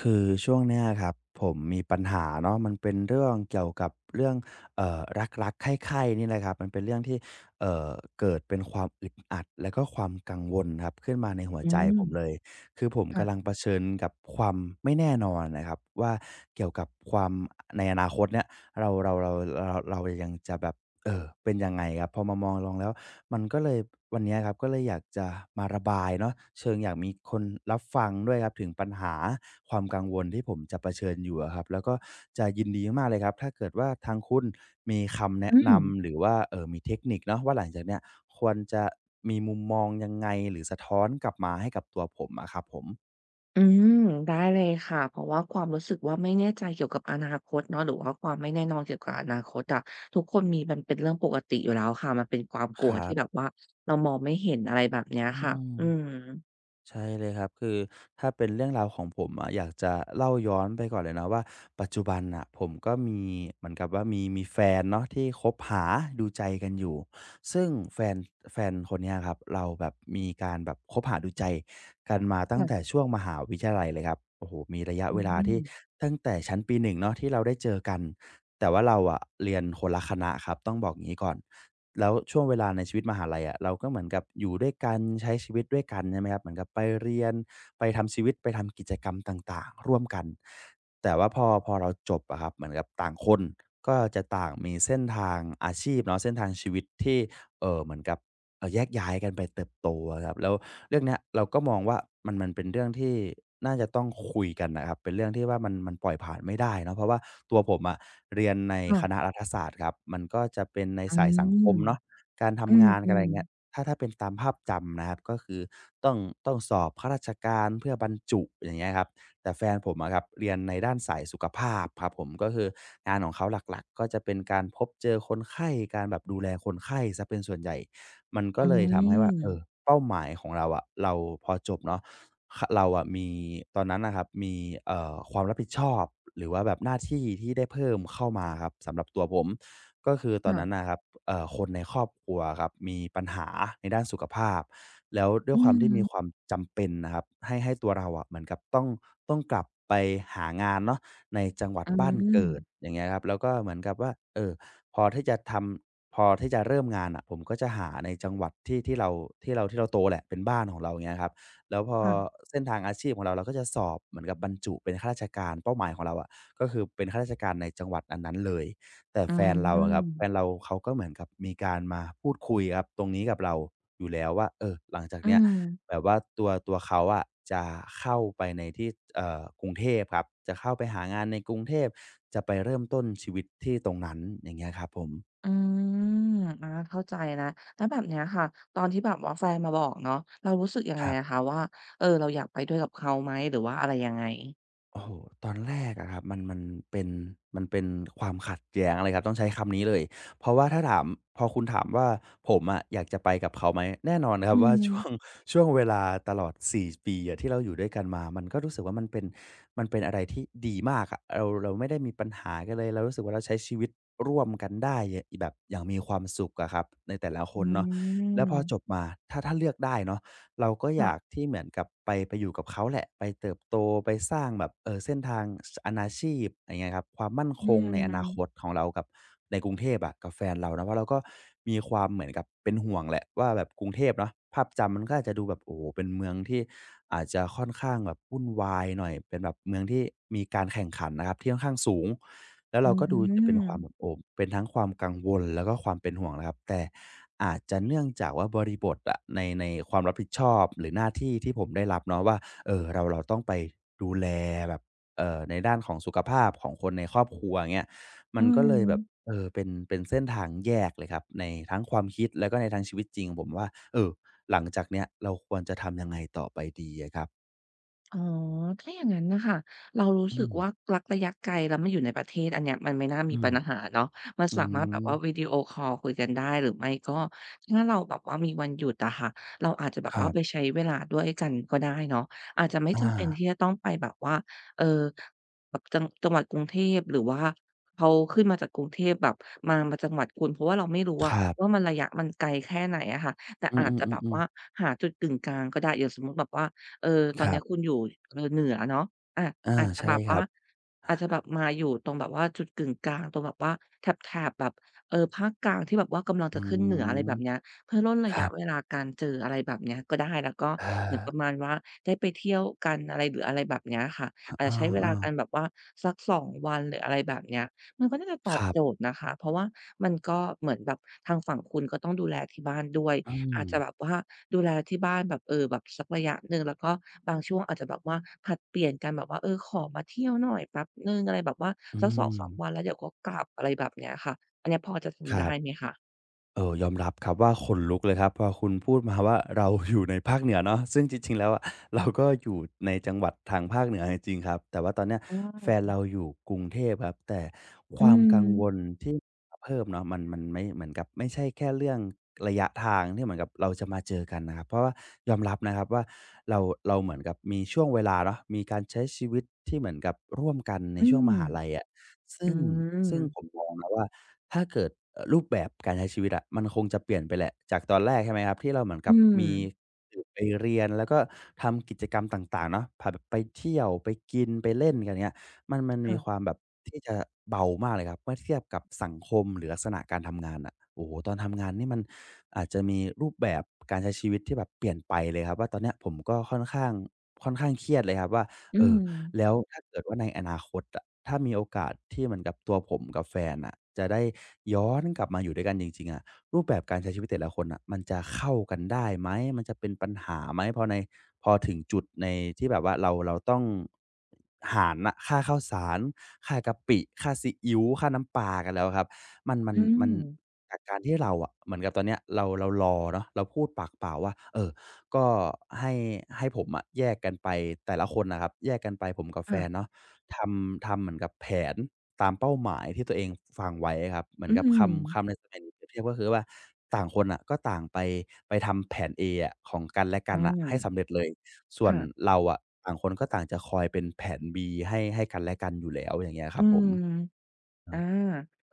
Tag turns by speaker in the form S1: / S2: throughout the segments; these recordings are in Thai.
S1: คือช่วงเนี้ยครับผมมีปัญหาเนาะมันเป็นเรื่องเกี่ยวกับเรื่องเอ่อรักๆใคร่ๆนี่แหละครับมันเป็นเรื่องที่เอ่อเกิดเป็นความอึดอัดแล้วก็ความกังวลครับขึ้นมาในหัว
S2: อื
S1: ใจผม
S2: ม
S1: เลยคือผม
S2: ค่ะ
S1: กำลังเผชิญกับความไม่แน่นอนนะครับว่าเกี่ยวกับความในอนาคตเนี่ยเราเรายังจะแบบ เออเป็นยังไงครับพอมามองลองแล้วมันก็เลยวันเนี้ยครับก็เลยอยากจะมาระบายเนาะเชิงอยากมีคนรับฟังด้วยครับถึงปัญหาความกังวลที่ผมจะเผชิญอยู่อะครับแล้วก็จะยินดีมากเลยครับถ้าเกิดว่าทางคุณมีคำแนะ
S2: อืม
S1: นำหรือว่ามีเทคนิคเนาะว่าหลังจากเนี้ยควรจะมีมุมมองยังไงหรือสะท้อนกลับมาให้กับตัวผมอะครับผม
S2: อืมได้เลยค่ะเพราะว่าความรู้สึกว่าไม่แน่ใจเกี่ยวกับอนาคตเนาะหรือว่าความไม่แน่นอนเกี่ยวกับอนาคตอะทุกคนมีมันเป็นเรื่องปกติอยู่แล้วค่ะมันเป็นความก
S1: ค
S2: ลัว
S1: รั
S2: ที่แบบ
S1: บ
S2: ว่าเรามองไม่เห็นอะไรแบบเนี้ย
S1: อื
S2: ค่ะ
S1: ม
S2: อืม
S1: ใช่เลยครับคือถ้าเป็นเรื่องราวของผมอะอยากจะเล่าย้อนไปก่อนเลยเนาะว่าปัจจุบันอะผมก็มีเหมือนกับว่ามีแฟนเนาะที่คบหาดูใจกันอยู่ ซึ่งแฟนคนเนี้ยครับเราแบบมีการแบบคบหาดูใจกันมาตั้ง
S2: ค่ะ
S1: แต่ช่วงมหาวิทยาลัยเลยครับโอ้โฮมีระยะ
S2: อื
S1: เวลาที่
S2: ม
S1: ตั้งแต่ชั้นปี1เนาะที่เราได้เจอกันแต่ว่าเราอะเรียนคนละคณะครับต้องบอกงี้ก่อนแล้วช่วงเวลาในชีวิตมหาลัยอะเราก็เหมือนกับอยู่ด้วยกันใช้ชีวิตด้วยกันใช่ไหมครับเหมือนกับไปเรียนไปทำชีวิตไปทำกิจกรรมต่างๆร่วมกันแต่ว่าพอเราจบอะครับเหมือนกับต่างคนก็จะต่างมีเส้นทางอาชีพเนาะเส้นทางชีวิตที่ เหมือนกับแยกย้ายกันไปเติบโตอะครับแล้วเรื่องเนี้ยเราก็มองว่ามันเป็นเรื่องที่น่าจะต้องคุยกันนะครับเป็นเรื่องที่ว่ามันปล่อยผ่านไม่ได้เนาะเพราะว่าตัวผมอะเรียนใน
S2: ค่ะ
S1: คณะรัฐศาสตร์ครับมันก็จะเป็นใน
S2: อื
S1: สายสังคม
S2: ม
S1: เนาะการ
S2: อื
S1: ทำงานกนอะไร
S2: ม
S1: เงี้ยถ้าเป็นตามภาพจำนะครับก็คือต้องต้องสอบข้าราชการเพื่อบรรจุอย่างเงี้ยครับ แต่แฟนผมอะครับเรียนในด้านสายสุขภาพครับผมก็คืองานของเขาหลักๆก็จะเป็นการพบเจอคนไข้การแบบดูแลคนไข้เสียเป็นส่วนใหญ่ มันก็
S2: อื
S1: เลยทำให้ว่าเออ
S2: ม
S1: เป้าหมายของเราอะเราพอจบเนาะขเราอะมีตอนนั้นน่ะครับมีความรับผิดชอบหรือว่าแบบหน้าที่ที่ได้เพิ่มเข้ามาครับสำหรับตัวผม ก็คือต
S2: อืม
S1: อนนั้น
S2: ค่ะ
S1: นะครับคนในครอบครัวครับมีปัญหาในด้านสุขภาพ แล้วด้วย
S2: อื
S1: ความที่มี
S2: ม
S1: ความจำเป็นนะครับให้ตัวเราอะเหมือนกับต้องกลับไปหางานเนาะในจังหวัด
S2: อื
S1: บ้าน
S2: ม
S1: เกิดอย่างเงี้ยครับแล้วก็เหมือนกับว่าเออพอที่จะทำพอที่จะเริ่มงานน่ะผมก็จะหาในจังหวัดที่เราที่เราโตแหละเป็นบ้านของเราอย่างเงี้ยครับแล้วพอ
S2: ค่ะ
S1: เส้นทางอาชีพของเราก็จะสอบเหมือนกับบรรจุเป็นข้าราชการเป้าหมายของเราอะะก็คือเป็นข้าราชการในจังหวัดอันนั้นเลย แต่
S2: อื
S1: แฟนเราอะครับแฟน
S2: ม
S1: เราเขาก็เหมือนกับมีการมาพูดคุยครับตรงนี้กับเราอยู่แล้วว่าเออหลังจาก
S2: อื
S1: เนี้ยแบ
S2: ม
S1: บว่าตัวเขาอะจะเข้าไปในที่กรุงเทพครับจะเข้าไปหางานในกรุงเทพจะไปเริ่มต้นชีวิตที่ตรงนั้นอย่างเงี้ยครับผม
S2: อืมอาเข้าใจแล้วแล้วแบบเนี้ยค่ะตอนที่แบบว่าแฟนมาบอกเนาะเรารู้สึกยัง
S1: ค
S2: ไง
S1: รั
S2: อะ
S1: บ
S2: คะว่าเออเราอยากไปด้วยกับเขาไหมหรือว่าอะไรยังไง
S1: โอ้โฮตอนแรกอะครับมันเป็นมันเป็นความขัดแย้งเลยครับต้องใช้คำนี้เลยเพราะว่าถ้าถามพอคุณถามว่าผมอะอยากจะไปกับเขาไหมแน่นอนครั
S2: อื
S1: บว่าช่วง
S2: ม
S1: ช่วงเวลาตลอด4 ปีอะที่เราอยู่ด้วยกันมามันก็รู้สึกว่ามันเป็นอะไรที่ดีมากอะเราเราไม่ได้มีปัญหากันเลยเรารู้สึกว่าเราใช้ชีวิตร่วมกันได้ยแบบอย่างมีความสุขอะครับในแต่ละค
S2: อื
S1: นเนาะแล้ว
S2: ม
S1: พอจบมาถ้าเลือกได้เนาะ เราก็อยาก
S2: ค่ะ
S1: ที่เหมือนกับไปอยู่กับเขาแหละไปเติบโตไปสร้างแบบเส้นทางอาณาชีพอะไรเงี้ยครับความมั่นค
S2: อื
S1: งในอนาคต
S2: ม
S1: ของเรากับในกรุงเทพอะกับแฟนเรานะเพราะเราก็มีความเหมือนกับเป็นห่วงแหละว่าแบบกรุงเทพเนาะภาพจำมันก็อาจจะดูแบบโอ้โหเป็นเมืองที่อาจจะค่อนข้างแบบวุ่นวายหน่อยเป็นแบบเมืองที่มีการแข่งขันนะครับที่ค่อนข้างสูงแล้ว
S2: อื
S1: เราก็ดูจะเป็นความแบบ
S2: ม
S1: โอมเป็นทั้งความกังวลแล้วก็ความเป็นห่วงนะครับแต่ อาจจะเนื่องจากว่าบริบทอะในความรับผิดชอบหรือหน้าที่ที่ผมได้รับเนาะว่าเราต้องไปดูแลแบบในด้านของสุขภาพของคนในครอบครัวงเงี้ยมั
S2: อื
S1: นก็เลยแบบ
S2: ม
S1: เป็นเส้นทางแยกเลยครับในทั้งความคิดแล้วก็ในทั้งชีวิตจริงผมว่าเออหลังจากเนี้ยเราควรจะทำยังไงต่อไปดีอะครับ
S2: อ๋อถ้าอย่างนั้นน่ะค่ะเรารู้
S1: อื
S2: สึก
S1: ม
S2: ว่ารักระยะไกลแล้วมันอยู่ในประเทศอันเนี้ยมันไม่น่า
S1: อื
S2: มี
S1: ม
S2: ปัญหาเนาะมัน
S1: อื
S2: สามารถแบบว่าวิ
S1: ม
S2: ดีโอคอลคุยกันได้หรือไม่ก็ถ้าเราแบบว่ามีวันหยุดอะค่ะเราอาจจะแบ
S1: ค
S2: บ
S1: รั
S2: ว่าไป
S1: บ
S2: ใช้เวลาด้วยกันก็ได้เนาะอาจจะไม่
S1: อา
S2: จำเป็นที่จะต้องไปแบบว่าเอ่อแบบจังจังหวัดกรุงเทพหรือว่าเขาขึ้นมาจากกรุงเทพแบบมามาจังหวัดคุณเพราะว่าเราไม่รู้
S1: ค
S2: อะ
S1: รั
S2: ว่า
S1: บ
S2: มันระยะมันไกลแค่ไหนอะค่ะแต่
S1: อื
S2: อาจจะแบบ
S1: อๆ
S2: ว่า
S1: ๆๆ
S2: หาจุดกึ่งกลางก็ได้อย่างสมมุติแบบว่า เออตอ
S1: ค
S2: น
S1: รั
S2: เนี้ยคุณ
S1: บ
S2: อยู่เออเหนือเนาะอา
S1: อา
S2: อาจจะ
S1: ใช่
S2: แบบ
S1: ครั
S2: ว่า
S1: บ
S2: อาจจะแบบมาอยู่ตรงแบบว่าจุดกึ่งกลางตรงแบบว่าแถบๆแบบเออภาคกลางที่แบบว่ากำลัง
S1: อื
S2: จะขึ้นเหนืออะไรแบบเนี้ย
S1: ม
S2: เพื่อร่นระ
S1: ครั
S2: ยะเว
S1: บ
S2: ลาการเจออะไรแบบเนี้ยก็ได้แล้วก็เหมือนป
S1: อา
S2: ระมาณว่าได้ไปเที่ยวกันอะไรหรืออะไรแบบเนี้ยค่ะอาจ
S1: อ
S2: จะใช้เวลา
S1: าๆ
S2: กันแบบว่าสัก2วันหรืออะไรแบบเนี้ยมันก็น่าจะตอ
S1: ค
S2: บ
S1: รั
S2: โจ
S1: บ
S2: ทย์นะคะเพราะว่ามันก็เหมือนแบบทางฝั่งคุณก็ต้องดูแลที่บ้านด้วย
S1: อืม
S2: อาจจะแบบว่าดูแลที่บ้านแบบเออแบบสักระยะหนึ่งแล้วก็บางช่วงอาจจะแบบว่าผลัดเปลี่ยนกันแบบว่าเออขอมาเที่ยวหน่อยแป๊บหนึ่งอะไรแบบว่า
S1: อื
S2: สัก
S1: ม
S2: 2มวันแล้วเดี๋ยวก็กลับอะไรแบบเนี้ยค่ะอันเนี้ยพอจะ
S1: ค
S2: ทำ
S1: รั
S2: ได้ไหม
S1: บ
S2: คะ
S1: ยอมรับครับว่าขนลุกเลยครับพอคุณพูดมาว่าเราอยู่ในภาคเหนือเนาะซึ่งจริงๆแล้วอะเราก็อยู่ในจังหวัดทางภาคเหนือจริงๆครับแต่ว่าตอนเนี้ย
S2: อ
S1: แฟน
S2: า
S1: เราอยู่กรุงเทพครับแต่ค
S2: อื
S1: วาม
S2: ม
S1: กังวลที่เพิ่มเนาะมันไม่เหมือนกับไม่ใช่แค่เรื่องระยะทางที่เหมือนกับเราจะมาเจอกันนะครับเพราะว่ายอมรับนะครับว่าเราเราเหมือนกับมีช่วงเวลาเนาะมีการใช้ชีวิตที่เหมือนกับร่วมกันใน
S2: อื
S1: ช่วง
S2: ม
S1: มหาลัยอะซึ่
S2: อื
S1: ง
S2: ม
S1: ซึ่งผมมองนะว่า ถ้าเกิดรูปแบบการใช้ชีวิตอะมันคงจะเปลี่ยนไปแหละจากตอนแรกใช่ไหมครับที่เราเหมือนกั
S2: อื
S1: บ
S2: ม
S1: มีตื่นไปเรียนแล้วก็ทำกิจกรรมต่างๆเนาะพาแบบไปเที่ยวไปกินไปเล่นกันเงี้ยมันมีความ
S2: ค่ะ
S1: แบบที่จะเบามากเลยครับเมื่อเทียบกับสังคมหรือลักษณะการทำงานอะโอ้โฮตอนทำงานนี่มันอาจจะมีรูปแบบการใช้ชีวิตที่แบบเปลี่ยนไปเลยครับว่าตอนเนี้ยผมก็ค่อนข้างเครียดเลยครับว่า
S2: อื
S1: เอ่
S2: ม
S1: อ แล้วถ้าเกิดว่าในอนาคตอะถ้ามีโอกาสที่เหมือนกับตัวผมกับแฟนอ่ะจะได้ย้อนกลับมาอยู่ด้วยกันจริงๆอะรูปแบบการใช้ชีวิตแต่ละคนอ่ะมันจะเข้ากันได้ไหมมันจะเป็นปัญหาไหมพอถึงจุดในที่แบบว่าเราต้องหารน่ะค่าข้าวสารค่ากะปิค่าซีอิ๊วค่าน้ำปลากันแล้วครับมันมัน
S2: อืม
S1: มันจากการที่เราอะเหมือนกับตอนเนี้ยเรารอเนาะเราพูดปากเปล่าว่าเออ ก็ให้ให้ผมอะแยกกันไปแต่ละคนนะครับแยกกันไปผมกับแฟน
S2: ค่ะ
S1: เนาะทำเหมือนกับแผนตามเป้าหมายที่ตัวเองฟังไว้ครับเหมือน
S2: อื
S1: กับ
S2: ม
S1: คำในสมัยนี้เปรียบเทียบก็คือว่าต่างคนอะก็ต่างไปทำแผน A อะของกันและกั
S2: อา
S1: นอะให้สำเร็จเลยส่วน
S2: ค่ะ
S1: เราอะต่างคนก็ต่างจะคอยเป็นแผน B ให้กันและกันอยู่แล้วอย่างเงี้ยค
S2: อื
S1: รับผม
S2: ม
S1: เอ
S2: อา
S1: อ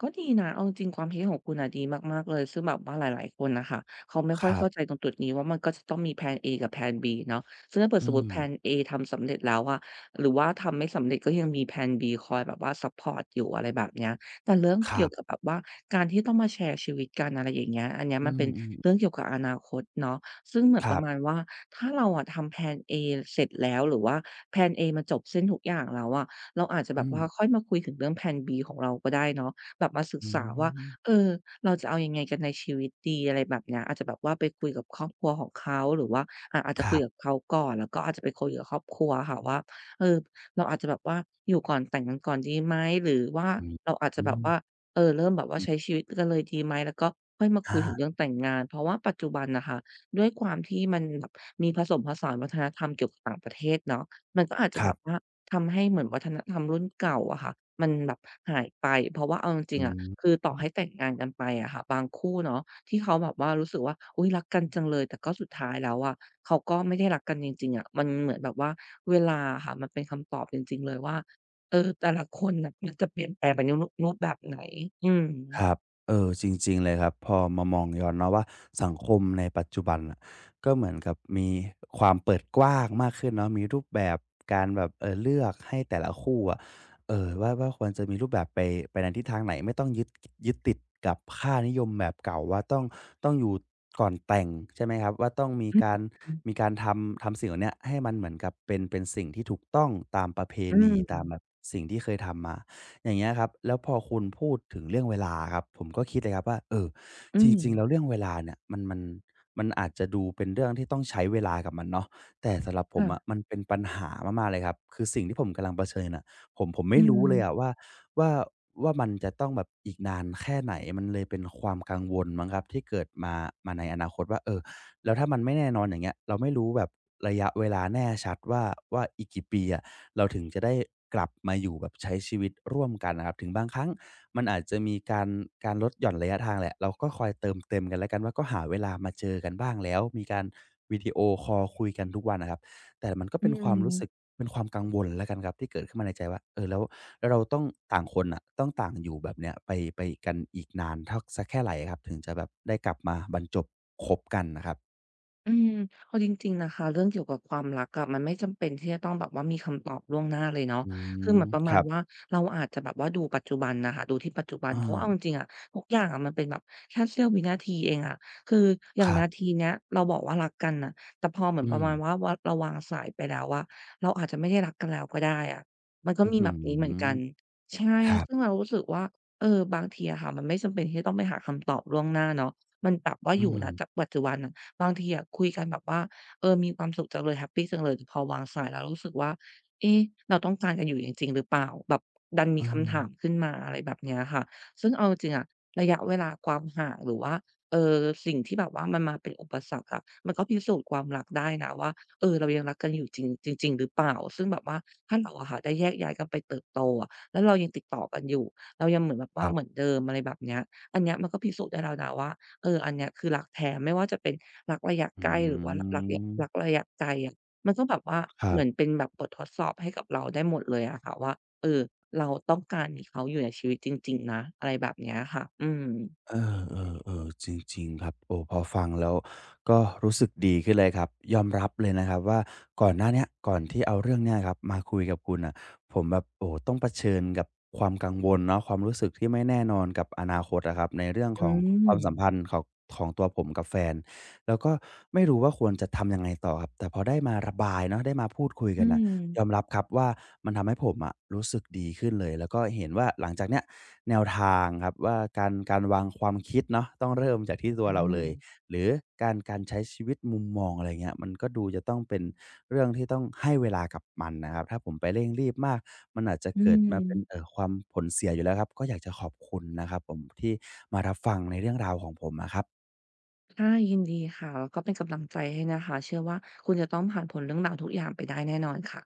S2: ก็ดีนะเอาจริงๆความคิดของคุณน่ะดีมากๆเลยซึ่งแบบว่าหลายๆคนน่ะค่ะเขาไม่
S1: ค
S2: ค่อย
S1: รับ
S2: เข้าใจตรงจุดนี้ว่ามันก็จะต้องมีแพลน A กับแพลน B เนาะซึ่งถ้าเกิด
S1: อื
S2: สมมุ
S1: ม
S2: ติแพลน A ทำสำเร็จแล้วอะหรือว่าทำไม่สำเร็จก็ยังมีแพลน B คอยแบบว่าซัปพอร์ตอยู่อะไรแบบเนี้ยแต่เรื่อง
S1: ครั
S2: เกี่ยวกับ
S1: บ
S2: แบบว่าการที่ต้องมาแชร์ชีวิตกันอะไรอย่างเงี้ยอันเนี้ย
S1: อื
S2: มันเป็นเรื่อง
S1: ม
S2: เกี่ยวกับอนาคตเนาะซึ่งเหมือ
S1: ๆ
S2: น
S1: ค
S2: ป
S1: รั
S2: ระมาณ
S1: บ
S2: ว่าถ้าเราอะทำแพลน A เสร็จแล้วหรือว่าแพลน A มันจบสิ้นทุกอย่างแล้วอะ เราอาจจะแบ
S1: อื
S2: บ
S1: ม
S2: ว่าค่อยมาคุยถึงเรื่องแพลน B ของเราก็ได้เนาะแบบมาศึก
S1: อื
S2: ษาว่า
S1: ม
S2: เออเราจะเอายังไงกันในชีวิตดีอะไรแบบเนี้ยอาจจะแบบว่าไปคุยกับครอบครัวของเขาหรือว่าอ่าอาจ
S1: ค
S2: จะคุ
S1: รั
S2: ยกับ
S1: บ
S2: เขาก่อนแล้วก็อาจจะไปคุยกับครอบครัวค่ะว่าเออเราอาจจะแบบว่าอยู่ก่อนแต่งกันก่อนดีไหมหรือว่า
S1: อืม
S2: เราอาจจะ
S1: อื
S2: แบบว่าเออเริ่มแบบว่า
S1: ม
S2: ใช้ชีวิตกันเลยดีไหมแล้วก็ค่อยมาคุยถึงเรื่
S1: อา
S2: องแต่งงานเพราะว่าปัจจุบันน่ะค่ะด้วยความที่มันแบบมีผสมผสานวัฒนธรรมเกี่ยวกับต่างประเทศเนาะมันก็อาจจะ
S1: ค
S2: แบ
S1: รั
S2: บว่า
S1: บ
S2: ทำให้เหมือนวัฒนธรรมรุ่นเก่าอะค่ะมันแบบหายไปเพราะว่าเอาจริ
S1: อื
S2: งๆอะ
S1: ม
S2: คือต่อให้แต่งงานกันไปอะค่ะบางคู่เนาะที่เขาแบบว่ารู้สึกว่าอุ๊ยรักกันจังเลยแต่ก็สุดท้ายแล้วอะเขาก็ไม่ได้รักกันจริงๆอะมันเหมือนแบบว่าเวลาอะค่ะมันเป็นคำตอบจริงๆเลยว่าเออแต่ละคนน่ะมันจะเปลี่ยนแปลงไปในรูปรูปแบบไหนอืม
S1: ครับเออจริงๆเลยครับพอมามองย้อนเนาะว่าสังคมในปัจจุบันน่ะก็เหมือนกับมีความเปิดกว้างมากขึ้นเนาะมีรูปแบบการแบบเลือกให้แต่ละคู่อะว่าควรจะมีรูปแบบไปในทิศทางไหนไม่ต้องยึดติดกับค่านิยมแบบเก่าว่าต้องอยู่ก่อนแต่งใช่ไหมครับว่าต้องมีการทำสิ่งเหล่าเนี้ยให้มันเหมือนกับเป็นสิ่งที่ถูกต้องตามประเพ
S2: อื
S1: ณีตามแบบ
S2: ม
S1: สิ่งที่เคยทำมา อย่างเงี้ยครับแล้วพอคุณพูดถึงเรื่องเวลาครับผมก็คิดเลยครับว่าจ
S2: อืม
S1: ริงๆแล้วเรื่องเวลาเนี่ยมันอาจจะดูเป็นเรื่องที่ต้องใช้เวลากับมันเนาะแต่สำหรับผมอะ
S2: ค่ะ
S1: มันเป็นปัญหามากๆเลยครับคือสิ่งที่ผมกำลังเผชิญน่ะผมไม่
S2: อื
S1: รู้
S2: ม
S1: เลยอะว่าว่ามันจะต้องแบบอีกนานแค่ไหนมันเลยเป็นความกังวลมั้งครับที่เกิดมาในอนาคตว่าแล้วถ้ามันไม่แน่นอนอย่างเงี้ยเราไม่รู้แบบระยะเวลาแน่ชัดว่าอีกกี่ปีอะเราถึงจะได้กลับมาอยู่แบบใช้ชีวิตร่วมกันนะครับถึงบางครั้งมันอาจจะมีการลดหย่อนระยะทางแหละเราก็คอยเติมเต็มกันแล้วกันว่าก็หาเวลามาเจอกันบ้างแล้วมีการวิดีโอคอลคุยกันทุกวันอะครับแต่มันก็
S2: อื
S1: เป็นความรู้สึก
S2: ม
S1: เป็นความกังวลแล้วกันครับที่เกิดขึ้นมาในใจว่าแล้วเราต้องต่างคนน่ะต้องต่างอยู่แบบเนี้ยไปกันอีกนานเท่าสักแค่ไหนอะครับถึงจะแบบได้กลับมาบรรจบคบกันน่ะครับ
S2: อืมเอาจริงๆนะคะเรื่องเกี่ยวกับความรักอะมันไม่จำเป็นที่จะต้องแบบว่ามีคำตอบล่วงหน้าเลยเนาะ
S1: อื
S2: คือเห
S1: ม
S2: มือนประ
S1: ค
S2: มาณ
S1: รับ
S2: ว่าเราอาจจะแบบว่าดูปัจจุบันนะคะดูที่ปัจจุบั
S1: เอ
S2: น
S1: อ
S2: เพราะว่าเอาจริงๆอะทุกอย่างอะมันเป็นแบบแค่เสี้ยววินาทีเองอะคืออ
S1: ค
S2: ย่าง
S1: รั
S2: นาที
S1: บ
S2: เนี้ยเราบอกว่ารักกันนะแต่พอเหมือน
S1: อื
S2: ประ
S1: ม
S2: มาณว่าวาเราวางสายไปแล้วอะเราอาจจะไม่ได้รักกันแล้วก็ได้อะมันก็
S1: อื้อ
S2: มี
S1: ฮื
S2: แบ
S1: อ
S2: บนี้เหมือนกันใช่
S1: ครับ
S2: ซึ่งเรารู้สึกว่าเออบางทีอะค่ะมันไม่จำเป็นที่จะต้องไปหาคำตอบล่วงหน้าเนาะมันแบบว่า
S1: อื
S2: อยู่
S1: ม
S2: นะจากปัจจุบันอะ บางทีอะคุยกันแบบว่าเออมีความสุขจังเลยแฮปปีจังเลยแต่พอวางสายแล้วรู้สึกว่าเอ๊ะเราต้องการกันอยู่จริงๆหรือเปล่าแบบดัน
S1: เออ
S2: มีคำถามขึ้นมาอะไรแบบเนี้ยค่ะซึ่งเอาจริงๆอะระยะเวลาความห่างหรือว่าเอ่อสิ่งที่แบบว่ามันมาเป็นอุปสรรคอะมันก็พิสูจน์ความรักได้นะว่าเออเรายังรักกันอยู่จริงจริงๆหรือเปล่าซึ่งแบบว่าถ้าเราอะค่ะได้แยกย้ายกันไปเติบโตอะแล้วเรายังติดต่อกันอยู่เรายังเหมือนแบบ
S1: ค
S2: ว่า
S1: รั
S2: เหมือ
S1: บ
S2: นเดิมอะไรแบบเนี้ยอันเนี้ยมันก็พิสูจน์ได้แล้วนะว่าเอออันเนี้ยคือรักแท้ไม่ว่าจะเป็น รักระยะ
S1: อื
S2: ใกล้หรือว่ารักระ
S1: ม
S2: รักระยะไกลอะมันก็แบบว่า
S1: ครั
S2: เหมือน
S1: บ
S2: เป็นแบบบททดสอบให้กับเราได้หมดเลยอะค่ะว่าเออเราต้องการมีเขาอยู่ในชีวิตจริงๆนะอะไรแบบเนี้ยค่ะอืม
S1: เออเออเออจริงๆครับโอ้พอฟังแล้วก็รู้สึกดีขึ้นเลยครับยอมรับเลยนะครับว่าก่อนหน้าเนี้ยก่อนที่เอาเรื่องเนี้ยครับมาคุยกับคุณน่ะผมแบบโอ้ต้องเผชิญกับความกังวลเนาะความรู้สึกที่ไม่แน่นอนกับอนาคตอะครับในเรื่องข
S2: อื
S1: องความ
S2: ม
S1: สัมพันธ์ของตัวผมกับแฟนแล้วก็ไม่รู้ว่าควรจะทำยังไงต่อครับแต่พอได้มาระบายเนาะได้มาพูดคุยกั
S2: อื
S1: นน่ะ ยอม
S2: ม
S1: รับครับว่ามันทำให้ผมอะรู้สึกดีขึ้นเลยแล้วก็เห็นว่าหลังจากเนี้ยแนวทางครับว่าการวางความคิดเนาะต้องเริ่มจากที่ตัวเราเล
S2: อา
S1: ยหรือการใช้ชีวิตมุมมองอะไรเงี้ยมันก็ดูจะต้องเป็นเรื่องที่ต้องให้เวลากับมันนะครับถ้าผมไปเร่งรีบมากมันอาจจะ
S2: อื
S1: เกิด
S2: ม
S1: มาเป็นความผลเสียอยู่แล้วครับก็อยากจะขอบคุณนะครับผมที่มารับฟังในเรื่องราวของผมอะครับ
S2: ค่ะยินดีค่ะแล้วก็เป็นกำลังใจให้นะคะเชื่อว่าคุณจะต้องผ่านพ้นเรื่องราวทุกอย่างไปได้แน่นอนค่ะ